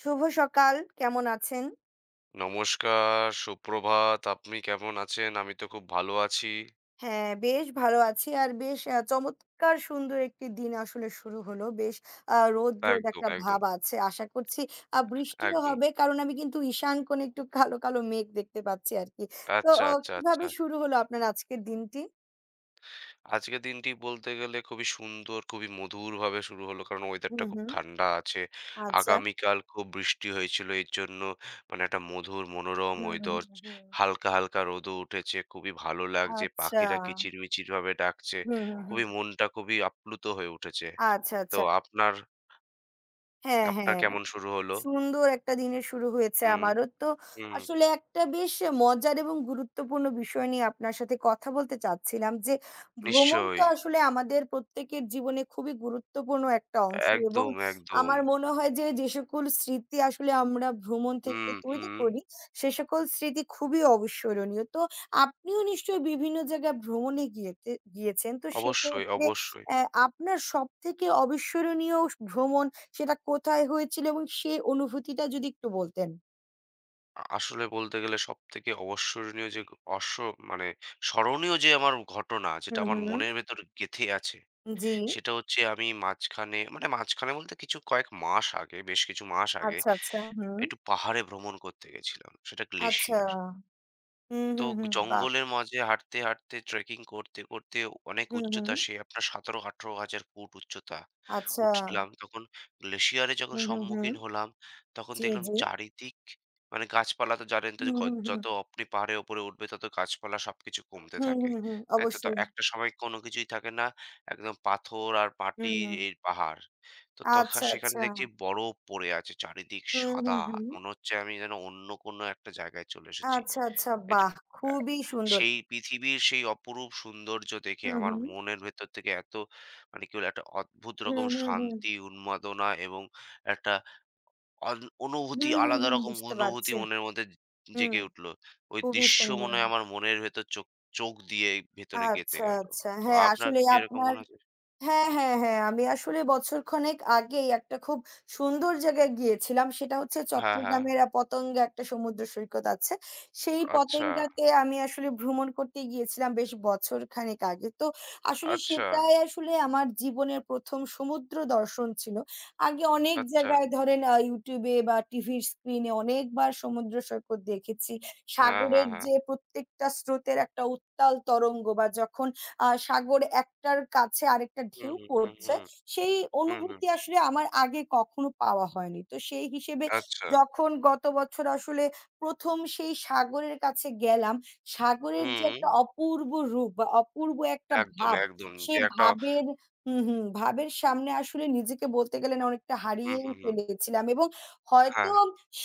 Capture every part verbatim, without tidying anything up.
শুভ সকাল। কেমন আছেন? নমস্কার, সুপ্রভাত। আপনি কেমন আছেন? আমি তো খুব ভালো আছি। হ্যাঁ, বেশ ভালো আছি। আর বেশ আ চমৎকার সুন্দর একটি দিন আসলে শুরু হলো। বেশ আ রোদ, রোদ একদম, একটা একদম, ভাব আছে। আশা করছি আ বৃষ্টিও একদম। হবে। কারণ আমি কিন্তু ঈশান কোণে একটু কালো, কালো মেঘ দেখতে পাচ্ছি আরকি। তো আচ্ছা, অ আচ্ছা, কিভাবে আচ্ছা। শুরু হলো আপনার আজকের দিনটি? আজকের দিনটি বলতে গেলে খুবই সুন্দর, খুবই মধুরভাবে শুরু হলো। কারণ হুম, ওয়েদারটা খুব হুম। ঠান্ডা আছে। আচ্ছা। আগামীকাল খুব বৃষ্টি হয়েছিল। এর জন্য মানে একটা মধুর মনোরম হুম, হুম, ওয়েদার। হুম। হালকা, হালকা রোদও উঠেছে। খুবই ভালো লাগছে। আচ্ছা। পাখিরা কিচিরমিচিরভাবে ডাকছে। হুম, হুম, হুম। খুবই মনটা খুবই আপ্লুত হয়ে উঠেছে। আচ্ছা, তো আচ্ছা। আপনার হ্যাঁ, আপনার হ্যাঁ। কেমন শুরু হলো? সুন্দর একটা দিনের শুরু হয়েছে হুম, আমারও। তো হুম। আসলে একটা বেশ মজার এবং গুরুত্বপূর্ণ বিষয় নিয়ে আপনার সাথে কথা বলতে চাচ্ছিলাম যে, ভ্রমণ তো নিশ্চয়ই। আসলে আমাদের প্রত্যেকের জীবনে খুবই গুরুত্বপূর্ণ একটা অংশ এবং একদম, একদম। আমার মনে হয় যে, যে সকল স্মৃতি আসলে আমরা ভ্রমণ থেকে হুম, তৈরি হুম। করি, সে সকল স্মৃতি খুবই অবিস্মরণীয়। তো আপনিও নিশ্চয়ই বিভিন্ন জায়গায় ভ্রমণে গিয়েতে গিয়েছেন। তো অবশ্যই, সেক্ষেত্রে অবশ্যই। অ্যা আপনার সবথেকে অবিস্মরণীয় ভ্রমণ সেটা কোথায় হয়েছিল এবং সেই অনুভূতিটা যদি একটু বলতেন? আ আসলে বলতে গেলে সবথেকে অবসরণীয় যে অস মানে স্মরণীয় যে আমার ঘটনা যেটা হুম, আমার হুম। মনের ভেতর গেঁথে আছে, জি। সেটা হচ্ছে আমি মাঝখানে মানে মাঝখানে বলতে কিছু কয়েক মাস আগে, বেশ কিছু মাস আগে আচ্ছা, আচ্ছা। হুম। একটু পাহাড়ে ভ্রমণ করতে গেছিলাম। সেটা আচ্ছা। গ্লেশিয়ার। হুম, তো হুম, হুম। বাহ! জঙ্গলের মাঝে হাঁটতে, হাঁটতে ট্রেকিং করতে, করতে অনেক হুম, হুম। উচ্চতা সে আপনার সতেরো আঠারো হাজার ফুট উচ্চতা। আচ্ছা। উঠলাম তখন গ্লেশিয়ারের যখন হুম, হুম, হুম। সম্মুখীন হলাম, তখন জি, দেখলাম জি। চারিদিক মানে গাছপালা তো জানেন তো হুম, যে গ হুম, হুম। যত আপনি পাহাড়ের উপরে উঠবে তত গাছপালা সবকিছু কমতে হুম, থাকে। হুম, হুম। তাই তো? তো অবশ্যই। একটা সময় কোনো কিছুই থাকে না। একদম পাথর আর হুম, মাটি হুম। এই পাহাড়। তো তখা আচ্ছা, সেখানে আচ্ছা। দেখছি বরফ পড়ে আছে চারিদিক হুম, হুম, সাদা। হুম। মনে হচ্ছে আমি যেন অন্য কোনো একটা জায়গায় চলে এসেছি। আচ্ছা, আচ্ছা। এটা বাহ! খুবই সুন্দর। সেই পৃথিবীর সেই অপরূপ সৌন্দর্য দেখে হুম, আমার হুম। মনের ভেতর থেকে এত মানে কি বলে একটা অদ্ভুত হুম, রকম হুম, হুম। শান্তি, উন্মাদনা এবং একটা অন হুম, অনুভূতি হুম, আলাদা হুম। রকম বুঝতে অনুভূতি পারছি। মনের মধ্যে হুম, জেগে উঠল। ওই খুবই দৃশ্য মনে সুন্দর। হয় আমার মনের ভেতর চোখ চোখ দিয়ে ভেতরে গেঁথে আচ্ছা, গেল। আচ্ছা। তো হ্যাঁ, আপনার আসলেই কিছু এরকম আপনার। মনে আছে? হ্যাঁ, হ্যাঁ, হ্যাঁ। আমি আসলে বছরখানেক আগেই একটা খুব সুন্দর জায়গায় গিয়েছিলাম। সেটা হচ্ছে হ্যাঁ, হ্যাঁ। চট্টগ্রামের আ পতেঙ্গা একটা সমুদ্র সৈকত আছে। সেই আচ্ছা, পতেঙ্গাতে আমি আসলে ভ্রমণ করতে গিয়েছিলাম বেশ বছরখানেক আগে। তো আসলে আচ্ছা, সেটাই আসলে আমার জীবনের প্রথম সমুদ্র দর্শন ছিল। আগে অনেক আচ্ছা। জায়গায় ধরেন আ YouTube এ বা টিভির স্ক্রিনে অনেকবার সমুদ্র সৈকত দেখেছি। হ্যাঁ, হ্যাঁ, সাগরের হ্যাঁ। যে প্রত্যেকটা স্রোতের একটা উত্তাল তরঙ্গ বা যখন আ সাগর একটার কাছে আরেকটা হুম, ঢেউ হুম, হুম, পড়ছে। হুম, সেই হুম, হুম। অনুভূতি আসলে আমার আগে কখনো পাওয়া হয়নি। তো সেই হিসেবে আচ্ছা। যখন গত বছর আসলে প্রথম সেই সাগরের কাছে গেলাম, সাগরের যে হুম, একটা অপূর্ব রূপ বা অপূর্ব একটা একদম, ভাব, একদম। সে যে একটা ভাবের হুম, হুম, ভাবের সামনে আসলে নিজেকে বলতে গেলে না অনেকটা হুম, হারিয়েই হুম, হুম। ফেলেছিলাম এবং হয়তো হ্যাঁ।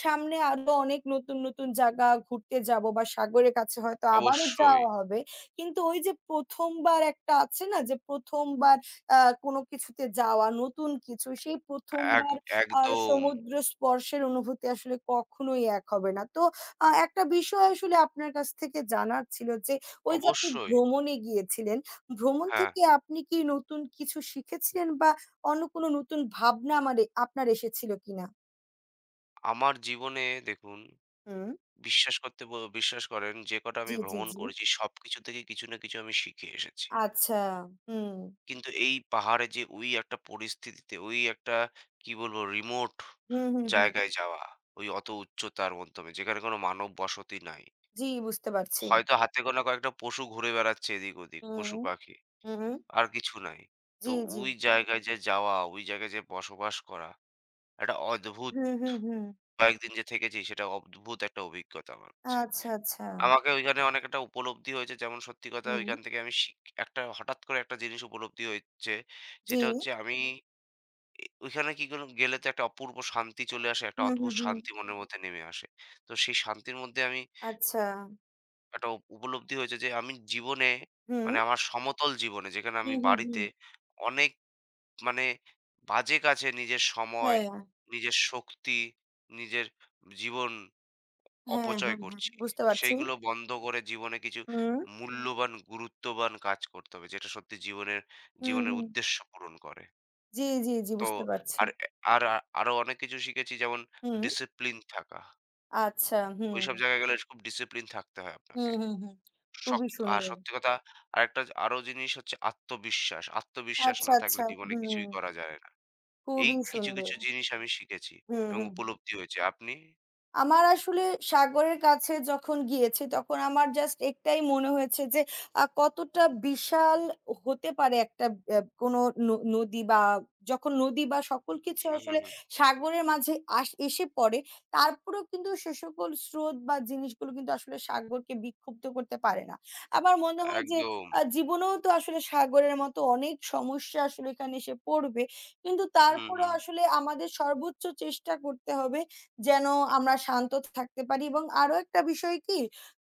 সামনে আরো অনেক নতুন, নতুন জায়গা ঘুরতে যাবো বা সাগরের কাছে হয়তো আবারও অবশ্যই। যাওয়া হবে। কিন্তু ওই যে প্রথম বার একটা আছে না যে প্রথম বার আ কোনো কিছুতে যাওয়া, নতুন কিছু। সেই প্রথম এক বার আ একদম। সমুদ্র স্পর্শের অনুভূতি আসলে কখনোই এক হবে না। তো আ একটা বিষয় আসলে আপনার কাছ থেকে জানার ছিল যে, ওই যে আপনি অবশ্যই। ভ্রমণে গিয়েছিলেন, ভ্রমণ হ্যাঁ, থেকে আপনি কি নতুন কিছু শিখেছিলেন বা অন্য কোনো নতুন ভাবনা আমার এ আপনার এসেছিল কিনা? আমার জীবনে দেখুন হুম। বিশ্বাস করতে ব বিশ্বাস করেন যে কটা জি, আমি জি, ভ্রমণ জি। করেছি সবকিছু থেকে কিছু না কিছু আমি শিখে এসেছি। আচ্ছা। হুম। কিন্তু এই পাহাড়ে যে ওই একটা পরিস্থিতিতে ওই একটা কি বলবো রিমোট হুম, হুম, হুম। জায়গায় যাওয়া, ওই অত উচ্চতার মাধ্যমে যেখানে কোনো মানব বসতি নাই। জি, বুঝতে পারছি। হয়তো হাতে গোনা কয়েকটা পশু ঘুরে বেড়াচ্ছে এদিক-ওদিক, হুম, হুম। পশু-পাখি। হুম। আর কিছু নাই। তো জি, জি। ওই জায়গায় যে যাওয়া, ওই জায়গায় যে বসবাস করা একটা অদ্ভুত হুম, হুম, হুম। কয়েকদিন যে থেকেছি সেটা অদ্ভুত একটা অভিজ্ঞতা আমার কাছে। আচ্ছা, আচ্ছা। আমাকে ওইখানে অনেক একটা উপলব্ধি হয়েছে যেমন সত্যি কথা হুম। ওইখান থেকে আমি শিখ একটা হঠাৎ করে একটা জিনিস উপলব্ধি হয়েছে। জি। যেটা হচ্ছে আমি এ ওইখানে কি করলাম গেলে তো একটা অপূর্ব শান্তি চলে আসে, একটা হুম, হুম, অদ্ভুত হুম। শান্তি মনের মধ্যে নেমে আসে। তো সেই শান্তির মধ্যে আমি আচ্ছা। একটা উপ উপলব্ধি হয়েছে যে আমি জীবনে মানে হুম। আমার সমতল জীবনে যেখানে হুম, আমি হুম, বাড়িতে হুম। অনেক মানে বাজে কাজে নিজের সময়, হ্যাঁ। নিজের শক্তি, নিজের জীবন হ্যাঁ, হ্যাঁ, অপচয় হ্যাঁ। হ্যাঁ, করছি। বুঝতে পারছি। সেইগুলো বন্ধ করে জীবনে কিছু হুম। মূল্যবান, গুরুত্ববান কাজ করতে হবে। যেটা সত্যি জীবনের হুম, জীবনের হুম। উদ্দেশ্য পূরণ করে। জি, জি, জি। তো বুঝতে পারছি। আর এ আর আরো অনেক কিছু শিখেছি যেমন হুম। ডিসিপ্লিন থাকা। আচ্ছা। হুম। ওইসব জায়গায় গেলে খুব ডিসিপ্লিন থাকতে হয় আপনাকে। হুম, হুম, হুম। খুবই শক্ত আর সুন্দর। সত্যি কথা আরেকটা আরো জিনিস হচ্ছে আত্মবিশ্বাস। আত্মবিশ্বাস আচ্ছা, না থাকলে আচ্ছা। জীবনে হুম। কিছুই করা যায় না। এই খুবই কিছু, সুন্দর। কিছু জিনিস আমি শিখেছি হুম, এবং হুম, হুম। উপলব্ধি হয়েছে। আপনি? আমার আসলে সাগরের কাছে যখন গিয়েছি, তখন আমার জাস্ট একটাই মনে হয়েছে যে, আ কতটা বিশাল হতে পারে একটা অ্যা কোনো ন নদী বা যখন নদী বা সকল কিছু হুম, হুম, আসলে হুম। সাগরের মাঝে আস এসে পড়ে, তারপরেও কিন্তু সে সকল স্রোত বা জিনিসগুলো কিন্তু আসলে সাগরকে বিক্ষুব্ধ করতে পারে না। আমার মনে হয় যে, একদম। আ জীবনেও তো আসলে সাগরের মতো অনেক সমস্যা আসলে এখানে এসে পড়বে। কিন্তু হুম, তারপরেও হুম। আসলে আমাদের সর্বোচ্চ চেষ্টা করতে হবে যেন হু, আমরা শান্ত থাকতে পারি এবং আরো একটা বিষয় কি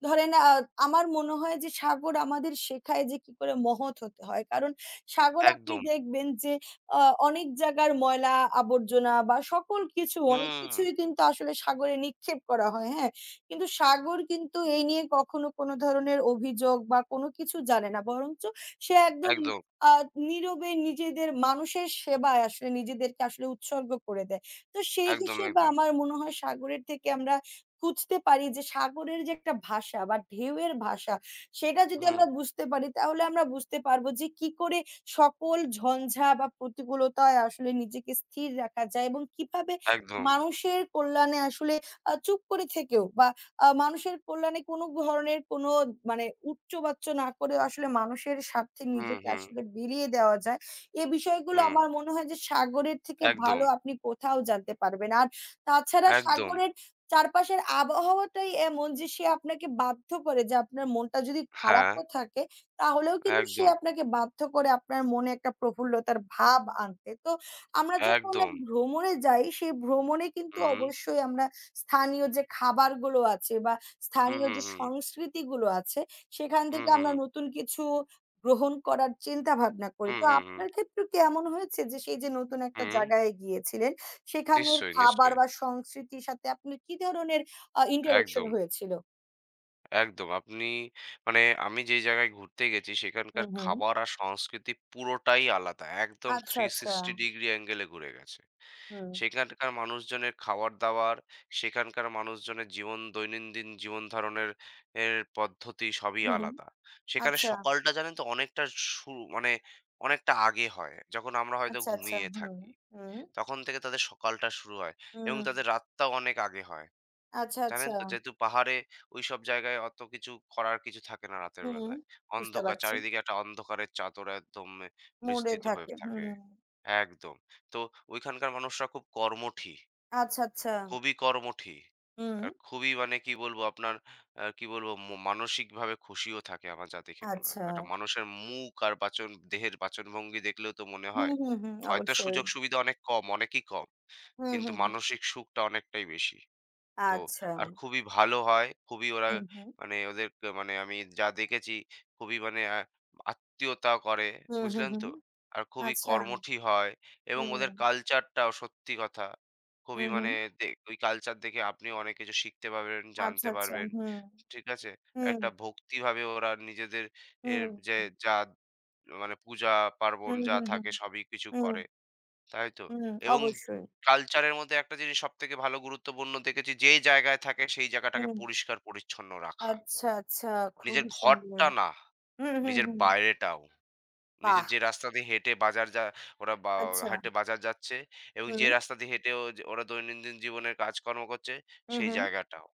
ধরেন আ আমার মনে হয় যে সাগর আমাদের শেখায় যে কি করে মহৎ হতে হয়। কারণ সাগরে আপনি একদম। দেখবেন যে আ অনেক জায়গার ময়লা আবর্জনা বা সকল কিছু অনেক হুম, কিছুই কিন্তু আসলে সাগরে নিক্ষেপ করা হয়, হ্যাঁ? কিন্তু সাগর কিন্তু এই নিয়ে কখনো কোনো ধরনের অভিযোগ বা কোনো কিছু জানে না। বরঞ্চ সে একদম একদম, আ নীরবে নিজেদের মানুষের সেবায় আসলে নিজেদেরকে আসলে উৎসর্গ করে দেয়। তো সেই একদম, হিসেবে একদম। আমার মনে হয় সাগরের থেকে আমরা খুঁজতে পারি যে সাগরের যে একটা ভাষা বা ঢেউয়ের ভাষা সেটা যদি হুম, আমরা বুঝতে পারি তাহলে আমরা বুঝতে পারবো যে কি করে সকল ঝঞ্ঝা বা প্রতিকূলতায় আসলে নিজেকে স্থির রাখা যায় এবং কিভাবে একদম। মানুষের কল্যাণে আসলে আহ, চুপ করে থেকেও বা আহ, মানুষের কল্যাণে কোনো ধরনের কোনো মানে উচ্চবাচ্য না করে আসলে মানুষের স্বার্থে হুম, নিজেকে হুম, আসলে বিলিয়ে দেওয়া যায়। এ বিষয়গুলো হুম। আমার মনে হয় যে সাগরের থেকে একদম, ভালো আপনি কোথাও জানতে পারবেন। আর তাছাড়া একদম। সাগরের চারপাশের আবহাওয়াটাই এমন যে সে আপনাকে বাধ্য করে যে আপনার মনটা যদি হ্যাঁ, খারাপও থাকে তাহলেও কিন্তু সে একদম, আপনাকে বাধ্য করে আপনার মনে একটা প্রফুল্লতার ভাব আনতে। তো আমরা যখন একদম। ভ্রমণে যাই সেই ভ্রমণে কিন্তু হুম। অবশ্যই আমরা স্থানীয় যে খাবারগুলো আছে বা হুম, স্থানীয় হুম, যে হুম। সংস্কৃতিগুলো আছে সেখান হুম, থেকে হুম, আমরা হুম। নতুন কিছু গ্রহণ করার চিন্তা ভাবনা করি। হুম, তো হুম, হুম। আপনার ক্ষেত্রেও কি এমন হয়েছে যে সেই যে নতুন একটা হুম। জায়গায় গিয়েছিলেন, সেখানের নিশ্চয়ই, খাবার নিশ্চয়ই। বা সংস্কৃতির সাথে আপনার কি ধরনের আ interaction একদম। হয়েছিল? একদম। আপনি মানে আমি যেই জায়গায় ঘুরতে গেছি সেখানকার হুম, হুম। খাবার আর সংস্কৃতি পুরোটাই আলাদা। একদম আচ্ছা, আচ্ছা। তিনশো ষাট ডিগ্রি অ্যাঙ্গেলে ঘুরে গেছে। হুম। সেখানকার মানুষজনের খাবার-দাবার, সেখানকার মানুষজনের জীবন দৈনন্দিন জীবন ধারণের এর পদ্ধতি সবই হুম, হুম। আলাদা। সেখানে আচ্ছা, সকালটা জানেন তো অনেকটা শুরু মানে অনেকটা আগে হয়। যখন আমরা হয়তো আচ্ছা, আচ্ছা। ঘুমিয়ে হুম, হুম, থাকি। হুম। তখন থেকে তাদের সকালটা শুরু হয় এবং তাদের রাতটাও অনেক আগে হয়। আচ্ছা, জানেন আচ্ছা। তো? যেহেতু পাহাড়ে ওইসব জায়গায় অত কিছু করার কিছু থাকে না রাতের হুম, বেলায়। বুঝতে অন্ধকার পারছি। চারিদিকে একটা অন্ধকারের চাদর একদম এ মুডে বিস্তৃত হয়ে থাকে। থাকে। হুম। একদম। তো ওইখানকার মানুষরা খুব কর্মঠী, আচ্ছা, আচ্ছা। খুবই কর্মঠী। হুম। আর খুবই মানে কি বলবো আপনার আ কি বলবো ম মানসিকভাবে খুশিও থাকে আমার যা দেখে মনে হয়। আচ্ছা। একটা মানুষের মুখ আর বাচন দেহের বাচনভঙ্গি দেখলেও তো মনে হুম, হয়। হুম, হুম। হয়তো অবশ্যই। সুযোগ সুবিধা অনেক কম, অনেকই কম। হুম, কিন্তু হুম, হুম। মানসিক সুখটা অনেকটাই বেশি। তো আচ্ছা। আর খুবই ভালো হয়। খুবই ওরা হুম, হুম। মানে ওদের ক- মানে আমি যা দেখেছি খুবই মানে আ আত্মীয়তা করে। হুম, হুম, বুঝলেন হুম। তো? আর খুবই আচ্ছা। কর্মঠী হয় এবং হুম, ওদের কালচারটাও সত্যি কথা। খুবই হুম, মানে হুম। দে ওই কালচার দেখে আপনিও অনেক কিছু শিখতে পারবেন, আচ্ছা, জানতে আচ্ছা। পারবেন। হুম, ঠিক আছে? হুম, একটা ভক্তিভাবে ওরা নিজেদের এর হুম, যে যা মানে পূজা পার্বণ হুম, যা হুম, হুম, থাকে সবই কিছু হুম, করে। তাই তো। হুম, এবং অবশ্যই। কালচারের মধ্যে একটা জিনিস সবথেকে ভালো গুরুত্বপূর্ণ দেখেছি, যে জায়গায় থাকে সেই জায়গাটাকে হুম, পরিষ্কার-পরিচ্ছন্ন রাখা। আচ্ছা, আচ্ছা, নিজের খুবই সুন্দর। ঘরটা না, হুম, হুম, নিজের হুম, বাইরেটাও। বাহ! নিজের যে রাস্তা দিয়ে হেঁটে বাজার যা ওরা বা আচ্ছা, হেঁটে বাজার যাচ্ছে এবং হুম, যে রাস্তা দিয়ে হেঁটেও যে ওরা দৈনন্দিন জীবনের কাজকর্ম করছে, হুম, সেই হুম, জায়গাটাও।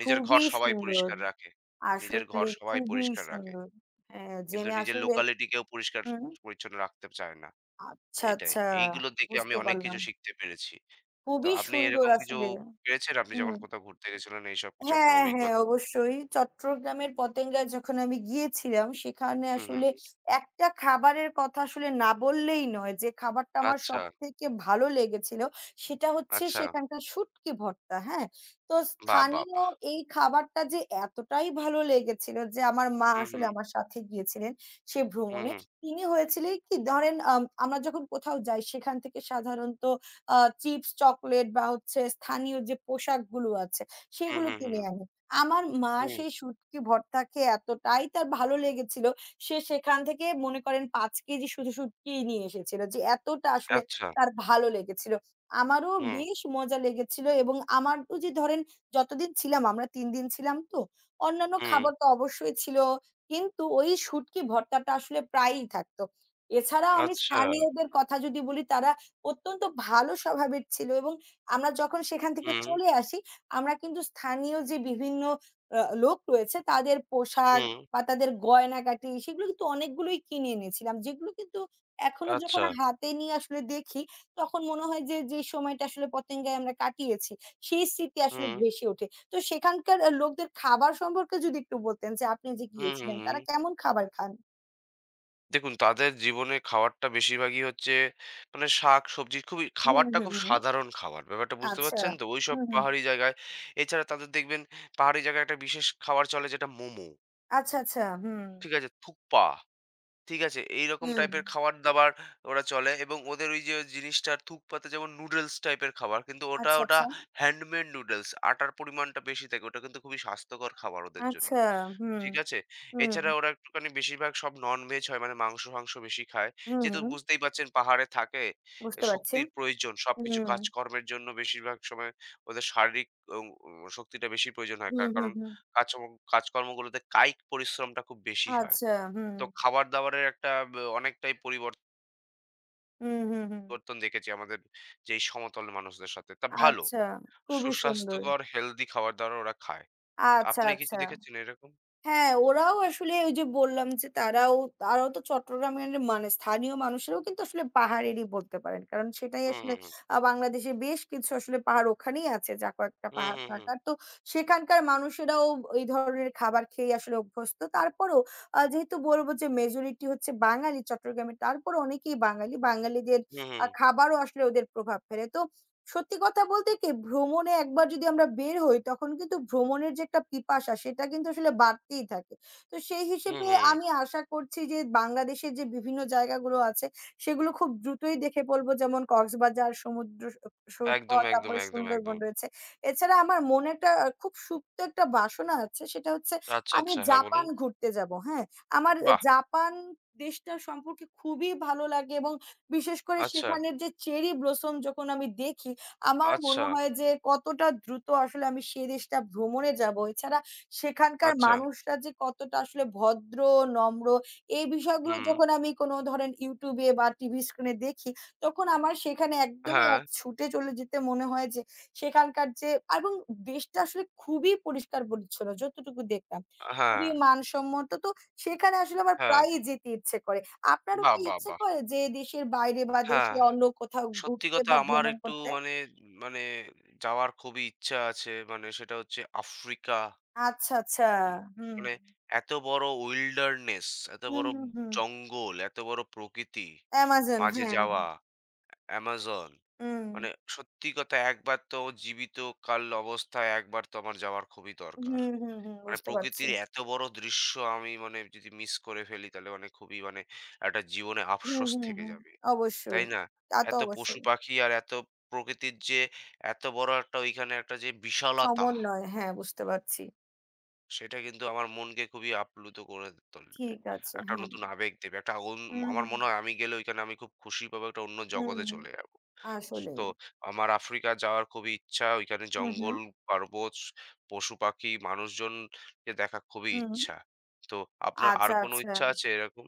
নিজের ঘর খুবই সবাই সুন্দর। পরিষ্কার রাখে। নিজের ঘর আসলে সবাই খুবই পরিষ্কার রাখে। সুন্দর। হ্যাঁ, কিন্তু জেনে নিজের আসলে লোকালিটি কেউ পরিষ্কার হুম, পরিচ্ছন্ন রাখতে চায় না। আচ্ছা, এটাই। আচ্ছা, এইগুলো দেখে আমি বুঝতে অনেক পারলাম। কিছু শিখতে পেরেছি। তো খুবই আপনি সুন্দর এরকম কিছু আসলে। পেয়েছেন? আপনি হুম। যখন কোথাও ঘুরতে গেছিলেন এইসব কিছু আপনার হ্যাঁ, হ্যাঁ, অভিজ্ঞতা? অবশ্যই। চট্টগ্রামের পতেঙ্গায় যখন আমি গিয়েছিলাম, সেখানে হুম, হুম, আসলে হুম। একটা খাবারের কথা আসলে না বললেই নয়। যে খাবারটা আমার আচ্ছা, সবথেকে ভালো লেগেছিল, সেটা হচ্ছে আচ্ছা। সেখানকার শুটকি ভর্তা, হ্যাঁ? তো বাহ! বাহ! স্থানীয় বাহ! এই খাবারটা যে এতটাই ভালো লেগেছিল যে আমার মা হুম, আসলে হুম, আমার সাথে গিয়েছিলেন সে হুম, ভ্রমণে। হুম, তিনি হয়েছিলেন কি ধরেন আম আমরা যখন কোথাও যাই সেখান থেকে সাধারণত আ চিপস, চকোলেট বা হচ্ছে স্থানীয় যে পোশাকগুলো আছে হুম, সেগুলো হুম, কিনে হুম, আনি। আমার মা হুম, সেই শুটকি ভর্তা খেয়ে এতটাই তার ভালো লেগেছিল, সে সেখান থেকে মনে করেন পাঁচ কেজি শুধু শুটকিই নিয়ে এসেছিল। যে এতটা আসলে আচ্ছা, তার ভালো লেগেছিল। আমারও হুম, বেশ মজা লেগেছিল এবং আমার তো যে ধরেন যতদিন ছিলাম আমরা তিন দিন ছিলাম তো, অন্যান্য হুম, খাবার তো অবশ্যই ছিল। কিন্তু ওই শুটকি ভর্তাটা আসলে প্রায়ই থাকতো। এছাড়াও আমি আচ্ছা, স্থানীয়দের কথা যদি বলি তারা অত্যন্ত ভালো স্বভাবের ছিল এবং আমরা যখন সেখান থেকে হুম, চলে আসি আমরা কিন্তু স্থানীয় যে বিভিন্ন আ লোক রয়েছে তাদের পোশাক হুম, বা তাদের গয়নাগাটি সেগুলো কিন্তু অনেকগুলোই কিনে এনেছিলাম। যেগুলো কিন্তু এখনো আচ্ছা, যখন হাতে নিয়ে আসলে দেখি তখন মনে হয় যে, যে সময়টা আসলে পতেঙ্গায় আমরা কাটিয়েছি সেই স্মৃতি আসলে হুম, ভেসে ওঠে। তো সেখানকার আ লোকদের খাবার সম্পর্কে যদি একটু বলতেন যে আপনি যে হুম, হুম, গিয়েছিলেন তারা হুম। কেমন খাবার খান? দেখুন তাদের জীবনে খাওয়ারটা বেশিরভাগই হচ্ছে মানে শাক-সবজি খুবই হুম, খাবারটা হুম, খুব হুম। সাধারণ খাবার। ব্যাপারটা বুঝতে আচ্ছা। পারছেন তো? ওইসব হুম, হুম। পাহাড়ি জায়গায়। এছাড়া তাদের দেখবেন পাহাড়ি জায়গায় একটা বিশেষ খাবার চলে যেটা মোমো। আচ্ছা, আচ্ছা। হুম। ঠিক আছে? থুকপা। ঠিক আছে? এইরকম হুম। টাইপের খাবার-দাবার ওরা চলে এবং ওদের ওই যে জিনিসটা থুকপাতে যেমন নুডলস টাইপের খাবার। কিন্তু ওটা, আচ্ছা, ওটা আচ্ছা। Handmade noodles. আটার পরিমাণটা বেশি থাকে। ওটা কিন্তু খুবই স্বাস্থ্যকর খাবার ওদের জন্য। আচ্ছা। হুম, ঠিক আছে? হুম, এছাড়া ওরা একটুখানি বেশিরভাগ সব ননভেজ হয়। মানে মাংস-ফাংস বেশি খায়। হুম, যেহেতু হুম। বুঝতেই পারছেন পাহাড়ে থাকে, এ বুঝতে পারছি। শক্তির প্রয়োজন। সবকিছু হুম। কাজকর্মের জন্য বেশিরভাগ সময় ওদের শারীরিক অং শক্তিটা বেশি প্রয়োজন হয়। কা হুম, হুম, কারণ হুম। কাজকর্ম কাজকর্মগুলোতে কায়িক পরিশ্রমটা খুব বেশি হয়। আচ্ছা, হুম। তো খাবার-দাবারের একটা ব অনেকটাই পরিবর্তন হুম, হুম, হুম। দেখেছি আমাদের যেই সমতল মানুষদের সাথে। তা ভালো। আচ্ছা, খুবই সুন্দর। সুস্বাস্থ্যকর হেলথি খাবার-দাবার ওরা খায়। আচ্ছা, আপনি কিছু আচ্ছা। দেখেছেন এরকম? হ্যাঁ, ওরাও আসলে ওই যে বললাম যে তারাও তারাও তো চট্টগ্রামের মানে মানে স্থানীয় মানুষেরাও কিন্তু আসলে পাহাড়েরই বলতে পারেন। কারণ সেটাই হুম, আসলে হুম, হুম। আ বাংলাদেশের বেশ কিছু আসলে পাহাড় ওখানেই আছে যা কয়েকটা হুম, পাহাড় হুম, হুম। থাকার। তো সেখানকার মানুষেরাও এই ধরনের খাবার খেয়ে আসলে অভ্যস্ত। তারপরেও আ যেহেতু বলবো যে মেজরিটি হচ্ছে বাঙালি চট্টগ্রামে, তারপরও অনেকেই বাঙালি। বাঙালিদের হুম, আ হুম। খাবারও আসলে ওদের প্রভাব ফেলে। তো সত্যি কথা বলতে কি ভ্রমণে একবার যদি আমরা বের হই তখন কিন্তু ভ্রমণের যে একটা পিপাসা সেটা কিন্তু আসলে বাড়তেই থাকে। তো সেই হুম, হিসেবে হুম। আমি আশা করছি যে বাংলাদেশের যে বিভিন্ন জায়গাগুলো আছে সেগুলো খুব দ্রুতই দেখে ফেলবো। যেমন কক্সবাজার সমুদ্র স সৈকত, একদম, একদম, তারপরে একদম, সুন্দরবন একদম। রয়েছে। এছাড়া আমার মনে একটা আ খুব সুপ্ত একটা বাসনা আছে সেটা হচ্ছে আচ্ছা, আমি আচ্ছা। হ্যাঁ, বলুন। জাপান ঘুরতে যাবো, হ্যাঁ? আমার আ বাহ! জাপান দেশটা সম্পর্কে খুবই ভালো লাগে এবং বিশেষ করে আচ্ছা, সেখানের যে চেরি ব্লসম যখন আমি দেখি আমার আচ্ছা, মনে হয় যে কতটা দ্রুত আসলে আমি সে দেশটা ভ্রমণে যাবো। এছাড়া সেখানকার আচ্ছা। মানুষরা যে কতটা আসলে ভদ্র, নম্র এই বিষয়গুলো হুম। যখন আমি কোনো ধরেন YouTube এ বা টিভি স্ক্রিনে দেখি, তখন আমার সেখানে একদমই হ্যাঁ, এক ছুটে চলে যেতে মনে হয় যে সেখানকার যে এবং দেশটা আসলে খুবই পরিষ্কার-পরিচ্ছন্ন যতটুকু দেখলাম। হ্যাঁ, খুবই মানসম্মত। তো সেখানে আসলে আমার হ্যাঁ। প্রায়ই যেতে ইচ্ছে করে। আপনারও বাহ! কি বাহ! ইচ্ছে বাহ! করে যে দেশের বাইরে বা দেশে হ্যাঁ। অন্য কোথাও সত্যি ঘুরতে কথা বা আমার ভ্রমণ একটু করতে? মানে, মানে যাওয়ার খুবই ইচ্ছা আছে। মানে সেটা হচ্ছে আফ্রিকা। আচ্ছা, আচ্ছা। হুম, হুম। মানে এত বড় wilderness, এত হুম, বড় হুম, হুম। জঙ্গল, এত বড় প্রকৃতি, Amazon মাঝে হ্যাঁ। যাওয়া, অ্যামাজন। হুম। মানে সত্যি কথা একবার তো জীবিত কাল অবস্থায় একবার তো আমার যাওয়ার খুবই দরকার। হুম, হুম, হুম। মানে বুঝতে পারছি। প্রকৃতির এত বড় দৃশ্য আমি মানে যদি মিস করে ফেলি তাহলে মানে খুবই মানে একটা জীবনে হুম, আফসোস হুম, থেকে হুম। যাবে। তাই অবশ্যই। না? তা তো এত অবশ্যই। পশু-পাখি আর এত প্রকৃতির যে এত বড় একটা ওইখানে একটা যে বিশালতা সমন্বয় হ্যাঁ, বুঝতে পারছি। সেটা কিন্তু আমার মনকে খুবই আপ্লুত করে তুলবে। ঠিক আছে, একটা হ্যাঁ। নতুন আবেগ দেবে। একটা অন হুম, আমার হুম। মনে হয় আমি গেলে ঐখানে আমি খুব খুশি পাবো, একটা অন্য হুম, জগতে চলে যাবো। আসলেই। তো আমার আফ্রিকা যাওয়ার খুবই ইচ্ছা। ওইখানে হুম, হুম, জঙ্গল, পার্বত, পশু-পাখি, মানুষজনকে দেখা খুবই হুম। ইচ্ছা। তো আপনার আর আচ্ছা, কোনো আচ্ছা। ইচ্ছা আছে এরকম?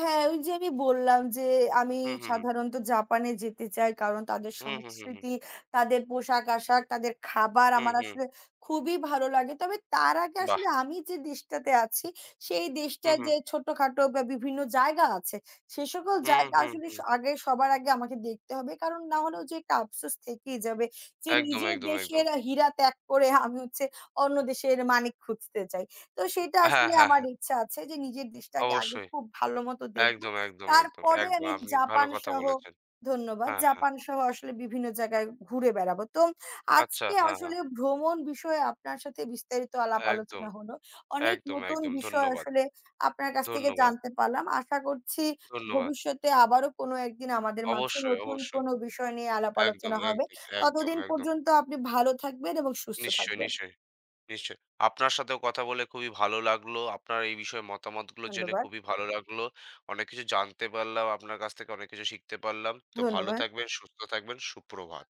হ্যাঁ, ওই যে আমি বললাম যে আমি হুম, হুম, হুম। সাধারণত জাপানে যেতে চাই। কারণ তাদের হুম, হুম, হুম, হুম। সংস্কৃতি, তাদের পোশাক-আশাক, তাদের খাবার হুম, আমার হুম। আসলে খুবই ভালো লাগে। তবে তার আগে বাহ! আসলে আমি যে দেশটাতে আছি, সেই হুম, দেশটায় হুম। যে ছোটখাটো বা বিভিন্ন জায়গা আছে, সে সকল হুম, জায়গা হুম, আসলে হুম। স আগে সবার আগে আমাকে দেখতে হবে। কারণ না হলে ওই যে একটা আফসোস থেকেই যাবে যে একদম, নিজের একদম, একদম। দেশের হীরা ত্যাগ করে আমি হচ্ছে অন্য দেশের মানিক খুঁজতে যাই। তো সেটা হ্যাঁ, আসলে হ্যাঁ, আমার হ্যাঁ। ইচ্ছা আছে যে নিজের দেশটাকে আগে অবশ্যই। খুব ভালো মতো দেখব। একদম, একদম, একদম, তারপরে একদম। আমি আপনি ভালো জাপান কথা সহ বলেছেন। ধন্যবাদ। হ্যাঁ, হ্যাঁ। জাপান সহ আসলে বিভিন্ন জায়গায় ঘুরে বেড়াবো। তো আচ্ছা, আজকে হ্যাঁ, হ্যাঁ। আসলে ভ্রমণ বিষয়ে আপনার সাথে বিস্তারিত আলাপ একদম, আলোচনা হলো। অনেক একদম, নতুন একদম। বিষয় ধন্যবাদ, আসলে আপনার কাছ থেকে ধন্যবাদ, জানতে পারলাম। আশা করছি ধন্যবাদ। ভবিষ্যতে আবারও কোনো একদিন আমাদের মাঝে অবশ্যই, নতুন অবশ্যই। কোনো বিষয় নিয়ে আলাপ একদম, আলোচনা হবে। একদম, একদম, ততদিন একদম। পর্যন্ত আপনি ভালো থাকবেন এবং সুস্থ নিশ্চয়ই, থাকবেন। নিশ্চয়ই, নিশ্চয়ই। আপনার সাথেও কথা বলে খুবই ভালো লাগলো। আপনার এই বিষয়ে মতামতগুলো জেনে ধন্যবাদ। খুবই ভালো লাগলো। অনেক কিছু জানতে পারলাম। আপনার কাছ থেকে অনেক কিছু শিখতে পারলাম। তো ভালো ধন্যবাদ। থাকবেন, সুস্থ থাকবেন। সুপ্রভাত।